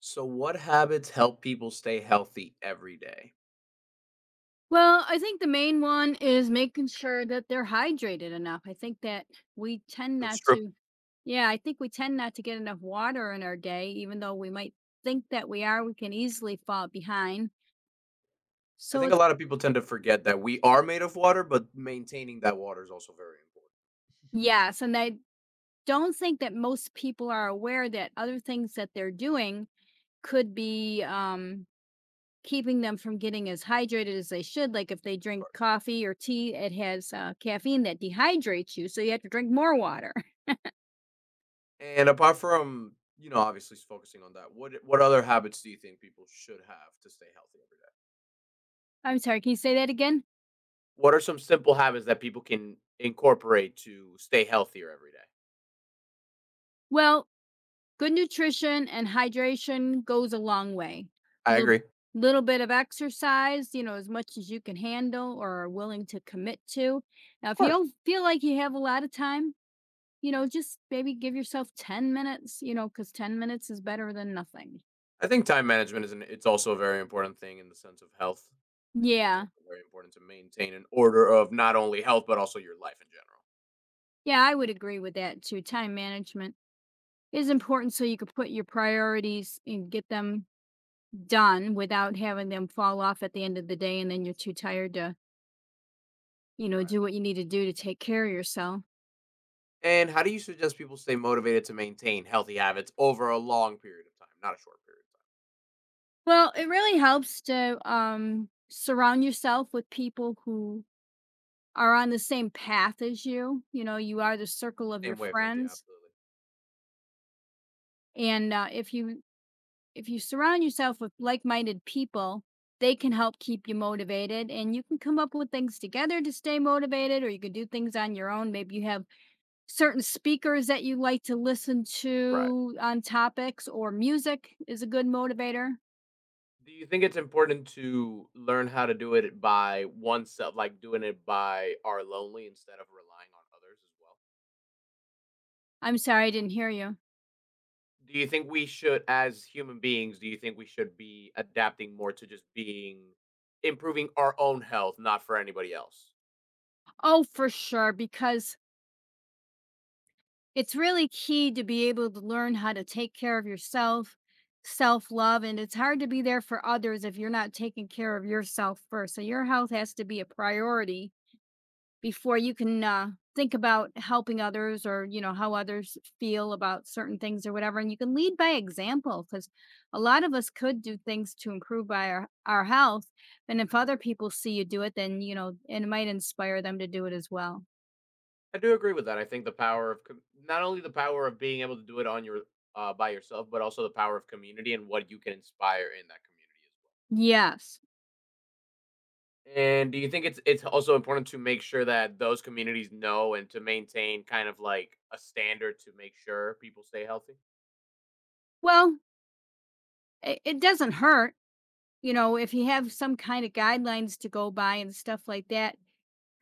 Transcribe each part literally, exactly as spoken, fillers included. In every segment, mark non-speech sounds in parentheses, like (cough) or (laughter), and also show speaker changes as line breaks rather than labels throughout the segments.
So, what habits help people stay healthy every day?
Well, I think the main one is making sure that they're hydrated enough. I think that we tend
That's
not
true.
to, yeah, I think we tend not to get enough water in our day, even though we might think that we are, we can easily fall behind.
I
So
think a
it's,
lot of people tend to forget that we are made of water, but maintaining that water is also very important,
yes. And I don't think that most people are aware that other things that they're doing could be um, keeping them from getting as hydrated as they should. Like if they
of
drink
course.
coffee or tea, it has uh, caffeine that dehydrates you. So you have to drink more water.
And apart from, you know, obviously focusing on that, what what other habits do you think people should have to stay healthy every day?
I'm sorry, can you say that again?
What are some simple habits that people can incorporate to stay healthier every day?
Well, good nutrition and hydration goes a long way.
I
Little
agree.
little bit of exercise, you know, as much as you can handle or are willing to commit to. Now,
Of
if you
course.
don't feel like you have a lot of time, you know, just maybe give yourself ten minutes, you know, because ten minutes is better than nothing.
I think time management is an it's also a very important thing in the sense of health. I think it's
Yeah.
also very important to maintain an order of not only health but also your life in general.
Yeah, I would agree with that too. Time management is important so you could put your priorities and get them done without having them fall off at the end of the day and then you're too tired to you know,
Right.
do what you need to do to take care of yourself.
And how do you suggest people stay motivated to maintain healthy habits over a long period of time, not a short period of
Well, it really helps to um, surround yourself with people who are on the same path as you. You know, you are the circle of
time?
your
Same wavelength, yeah,
friends,
absolutely.
and uh, if you if you surround yourself with like-minded people, they can
Mhm.
help keep you motivated, and you can come up with things together to stay motivated, or you can do things on your own. Maybe you have certain speakers that you like to listen
Right.
to on topics, or music is a good motivator.
Do you think it's important to learn how to do it by oneself, like doing it by our lonely instead of relying on others as well?
I'm sorry, I didn't hear you.
Do you think we should as human beings, do you think we should be adapting more to just being improving our own health, not for anybody else?
Oh, for sure, because it's really key to be able to learn how to take care of yourself, self love, and it's hard to be there for others if you're not taking care of yourself first. So, your health has to be a priority before you can uh, think about helping others or, you know, how others feel about certain things or whatever. And you can lead by example because a lot of us could do things to improve by our, our health. And if
Mhm.
other people see you do it, then, you know, and it might inspire them to do it as well.
I do agree with that. I think the power of com not only the power of being able to do it on your uh, by yourself, but also the power of community and what you can inspire in that community as well.
Yes.
And do you think it's it's also important to make sure that those communities know and to maintain kind of like a standard to make sure people stay healthy?
Well, it, it doesn't hurt, you know, if you have some kind of guidelines to go by and stuff like that.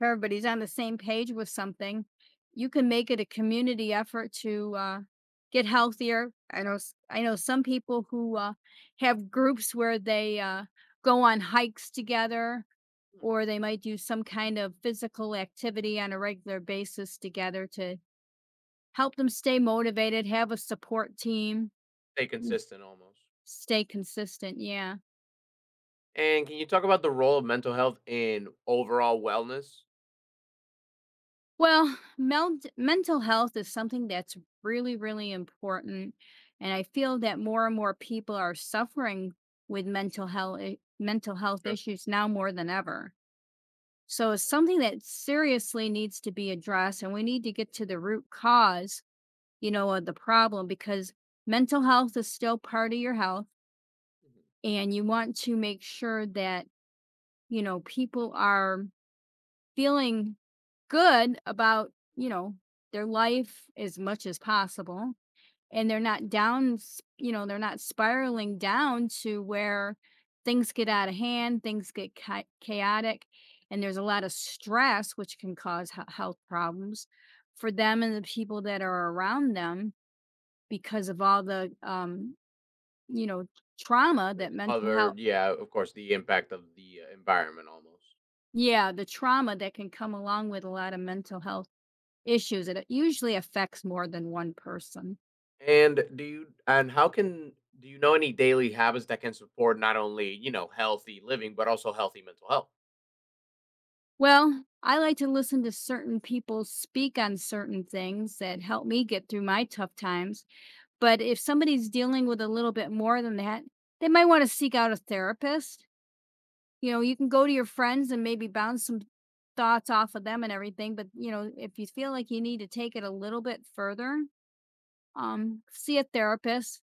If everybody's on the same page with something, you can make it a community effort to uh, get healthier. I know, s- I know some people who uh, have groups where they uh, go on hikes together,
Hmm.
or they might do some kind of physical activity on a regular basis together to help them stay motivated, have a support team.
Stay consistent almost.
Stay consistent, yeah.
And can you talk about the role of mental health in overall wellness?
Well, meld mental health is something that's really, really important, and I feel that more and more people are suffering with mental health mental health
Sure.
issues now more than ever. So it's
I agree.
something that seriously needs to be addressed, and we need to get to the root cause, you know, of the problem because mental health is still part of your health,
Mhm.
and you want to make sure that, you know, people are feeling good about, you know, their life as much as possible, and they're not down s you know, they're not spiraling down to where things get out of hand, things get cha chaotic, and there's a lot of stress, which can cause he health problems for them and the people that are around them because of all the, um, you know, trauma that mental
Other,
health.
yeah, of course, the impact of the uh, environment almost.
Yeah, the trauma that can come along with a lot of mental health issues, it usually affects more than one person.
And do you and how can do you know any daily habits that can support not only you know healthy living but also healthy mental health?
Well, I like to listen to certain people speak on certain things that help me get through my tough times. But if somebody's dealing with a little bit more than that, they might want to seek out a therapist. You know, you can go to your friends and maybe bounce some thoughts off of them and everything. But, you know, if you feel like you need to take it a little bit further, um, see a therapist.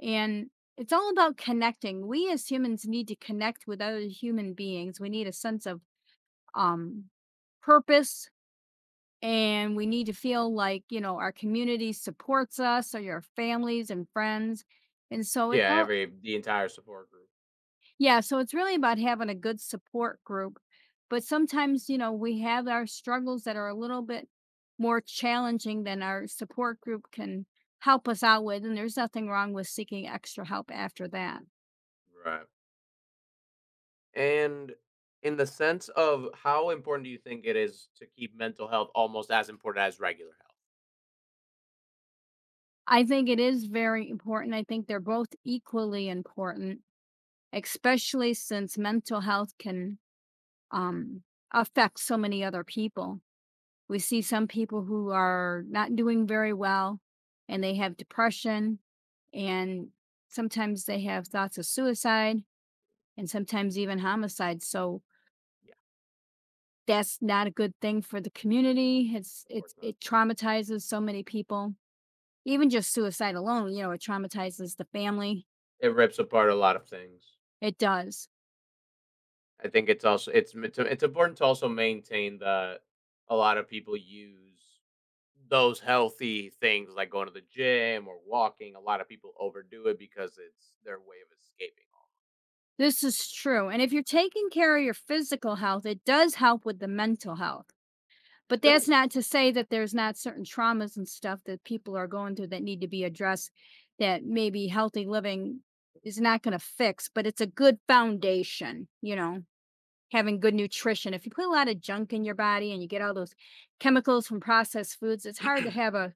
And it's all about connecting. We as humans need to connect with other human beings. We need a sense of um purpose and we need to feel like, you know, our community supports us or your families and friends. And so it's
Yeah,
all
every the entire support group.
yeah, so it's really about having a good support group. But sometimes, you know, we have our struggles that are a little bit more challenging than our support group can help us out with and there's nothing wrong with seeking extra help after that.
Right. And in the sense of how important do you think it is to keep mental health almost as important as regular
I think it is very important. I think they're both equally important, especially since mental health can um, affect so many other people. We see some people who are not doing very well and they have depression,
health? Mhm.
and sometimes they have thoughts of suicide and sometimes even homicide. So
Yeah,
that's not a good thing for the community. It's,
of course
it's
not.
it traumatizes so many people. Even just suicide alone, you know, it traumatizes the family.
It rips apart a lot of things.
It does.
I think it's also it's m- it's it's important to also maintain that a lot of people use those healthy things like going to the gym or walking. A lot of people overdo it because it's their way of escaping all.
This is true. And if you're taking care of your physical health, it does help with the mental health. But
It
that's
does.
not to say that there's not certain traumas and stuff that people are going through that need to be addressed that maybe healthy living is not going to fix, but it's a good foundation, you know, having good nutrition. If you put a lot of junk in your body and you get all those chemicals from processed foods, it's hard to have a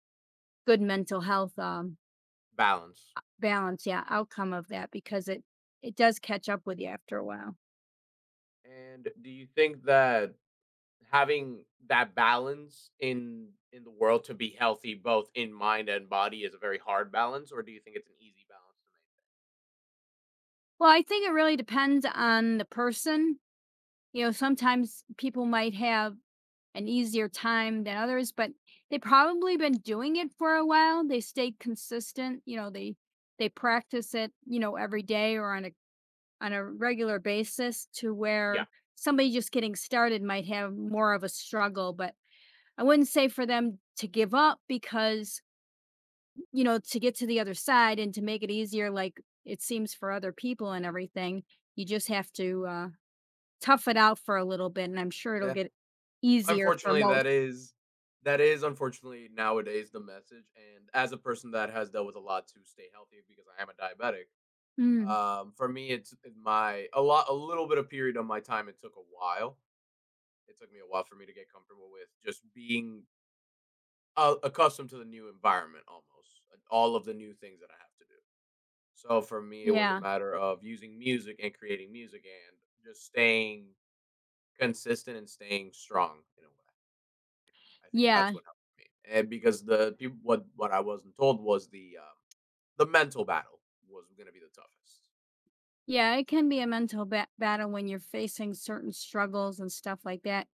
good mental health um,
(clears throat) Balance.
balance, yeah, outcome of that because it it does catch up with you after a while.
And do you think that having that balance in in the world to be healthy both in mind and body is a very hard balance or do you think it's an easy balance to
Well, I think it really depends on the person. You know, sometimes people might have an easier time than others, but they probably been doing it for a while. They stay consistent. You know, they they practice it. You know, every day or on a on a regular basis to where
make?
somebody just getting started might have more of a struggle. But I wouldn't say for them to give up because you know to get to the other side and to make it easier, like it seems for other people and everything. You just have to uh, tough it out for a little bit, and I'm sure it'll
Yeah.
get easier for
Unfortunately, that
most.
is that is unfortunately nowadays the message, and as a person that has dealt with a lot to stay healthy because I am a diabetic,
Mm,
um, for me it's my a lot a little bit of period of my time. It took a while. It took me a while for me to get comfortable with just being uh, accustomed to the new environment, almost and all of the new things that I have to do. So for me, it was a
yeah,
matter of using music and creating music and just staying consistent and staying strong in a way. I think
yeah,
that's what helped me, and because the peop what what I wasn't told was the, um, the mental battle was gonna be the toughest.
yeah, it can be a mental ba battle when you're facing certain struggles and stuff like that,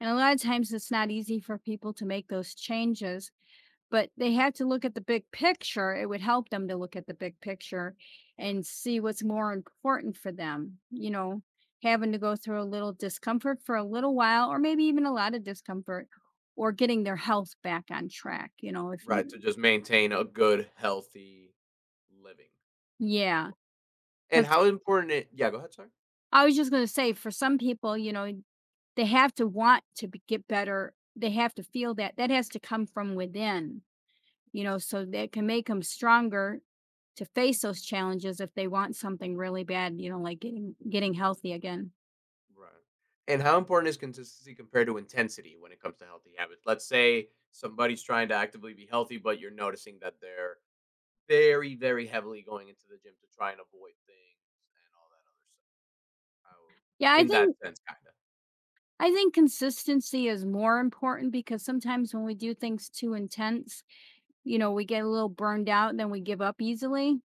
and a lot of times it's not easy for people to make those changes, but they have to look at the big picture, it would help them to look at the big picture
Yeah,
and see what's more important for them, you know? Having to go through a little discomfort for a little while or maybe even a lot of discomfort or getting their health back on track, you know, if
right, to
you
just maintain a good, healthy living
yeah,
almo and
because
how important it yeah, go ahead, sorry.
I was just gonna say, for some people, you know, they have to want to b get better. They have to feel that. That has to come from within, you know, so that can make them stronger to face those challenges if they want something really bad, you know, like getting getting healthy again.
Right, and how important is consistency compared to intensity when it comes to healthy habits? Let's say somebody's trying to actively be healthy, but you're noticing that they're very, very heavily going into the gym to try and avoid things and all that other stuff. How
Yeah, I
in that
think
sense, kinda.
I think consistency is more important because sometimes when we do things too intense, you know, we get a little burned out and then we give up easily.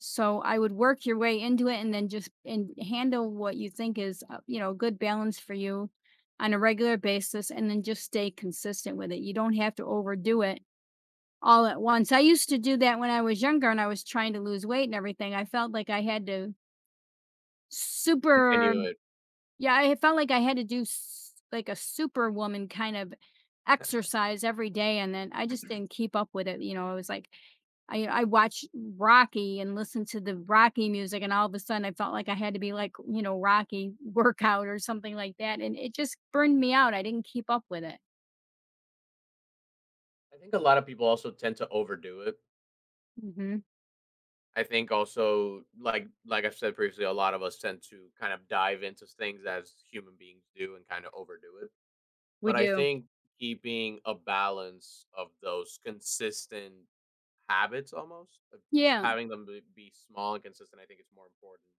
So I would work your way into it and then just and handle what you think is, uh, you know, a good balance for you on a regular basis and then just stay consistent with it. You don't have to overdo it all at once. I used to do that when I was younger and I was trying to lose weight and everything. I felt like I had to super
Continue it.
yeah, I felt like I had to do s- like a superwoman kind of exercise every day and then I just didn't keep up with it. You know, I was like I I watched Rocky and listened to the Rocky music, and all of a sudden I felt like I had to be like, you know, Rocky workout or something like that, and it just burned me out, I didn't keep up with it.
I think a lot of people also tend to overdo it.
Mhm.
I think also like like I've said previously, a lot of us tend to kind of dive into things as human beings do and kind of overdo it.
We
But I
do.
think keeping a balance of those consistent habits almost of- of
Yeah,
having them be be small and consistent. I think it's more important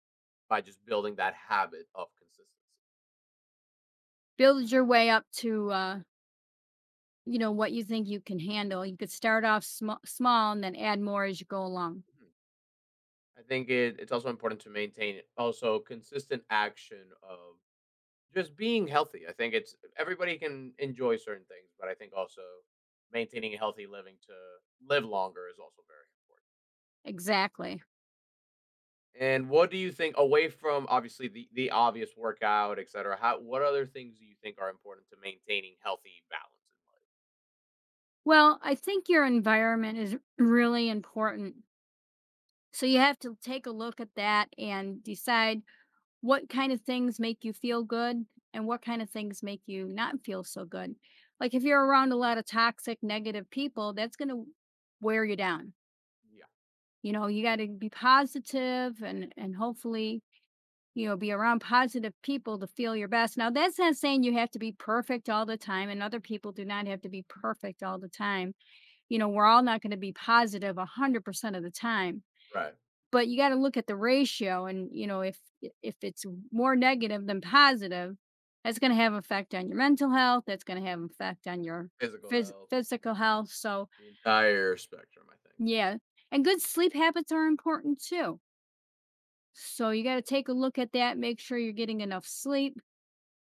by just building that habit of consistency.
build your way up to, uh, you know, what you think you can handle, you could start off sma small and then add more as you go along.
Mhm. I think it, it's also important to maintain also consistent action of just being healthy. I think it's everybody can enjoy certain things, but I think also maintaining a healthy living to live longer is also very important.
Exactly.
And what do you think away from obviously the, the obvious workout, et cetera, how what other things do you think are important to maintaining healthy balance
Well, I think your environment is really important, so you have to take a look at that and decide what kind of things make you feel good and what kind of things make you not feel so good. Like if you're around a lot of toxic, negative people, that's going to wear you down.
in life?
You know, you got to be positive and and hopefully, you know, be around positive people to feel your best. Now, that's not saying you have to be perfect all the time and other people do not have to be perfect all the time. You know, we're all not going to be positive one hundred percent of the time,
Yeah. Right.
but you gotta look at the ratio and, you know, if if it's more negative than positive, that's gonna have effect on your mental health, that's gonna have effect on your
Physical
phys
health,
physical health, so,
the entire spectrum, I think.
yeah. And good sleep habits are important too. So you gotta take a look at that, make sure you're getting enough sleep.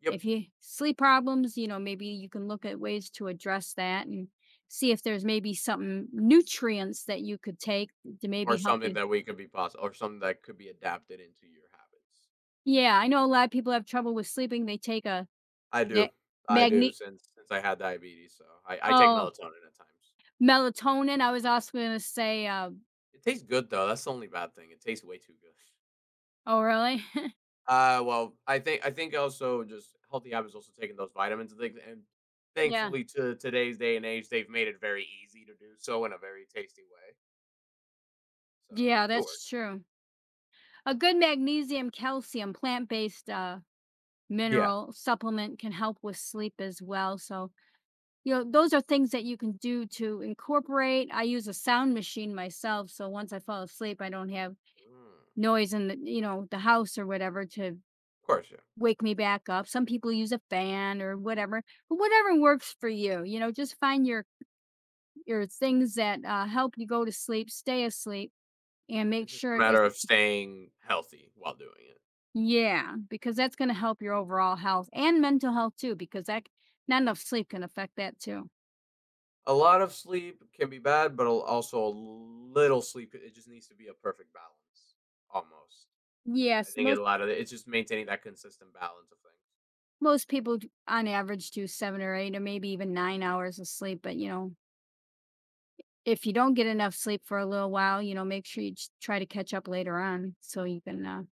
Yep.
If you sleep problems, you know, maybe you can look at ways to address that and see if there's maybe something nutrients that you could take to
Or
maybe help
something
you.
that we could be possible or something that could be adapted into your habits.
Yeah, I know a lot of people have trouble with sleeping, they take a
I
Ma
do. I do
magne
since since I had diabetes, so I, I take
oh,
melatonin at times.
melatonin, I was also gonna say, uh
It tastes good though. That's the only bad thing. It tastes way too good.
oh, really? (laughs)
Uh, well, I think I think also just healthy habits, also taking those vitamins and things, and
Yeah.
thankfully to today's day and age, they've made it very easy to do so in a very tasty way. So
Yeah,
it
that's
works.
true. A good magnesium, calcium, plant-based, uh,
Yeah.
mineral supplement can help with sleep as well, so, you know, those are things that you can do to incorporate. I use a sound machine myself, so once I fall asleep, I don't have
Mm, of
noise in the you know, the house or whatever to
course. Yeah,
wake me back up. Some people use a fan or whatever, but whatever works for you, you know, just find your your things that, uh, help you go to sleep, stay asleep, and make
it's just a
sure it's
matter of staying healthy while doing it.
yeah, because that's gonna help your overall health and mental health too, because that c- not enough sleep can affect that too.
A lot of sleep can be bad, but al- also a little sleep. It just needs to be a perfect balance, almost. I
Yes,
think a
most
lot of it, it's just maintaining that consistent balance of things.
most people d on average do seven or eight or maybe even nine hours of sleep, but, you know, if you don't get enough sleep for a little while, you know, make sure you ch try to catch up later on so you
I
can, uh,
agree.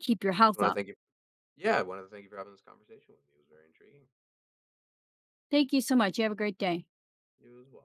keep your
I just
health
want to
up.
thank you. Yeah, I want to thank you for having this conversation with me. It was very intriguing.
Thank you so much. You have a great day.
You as well.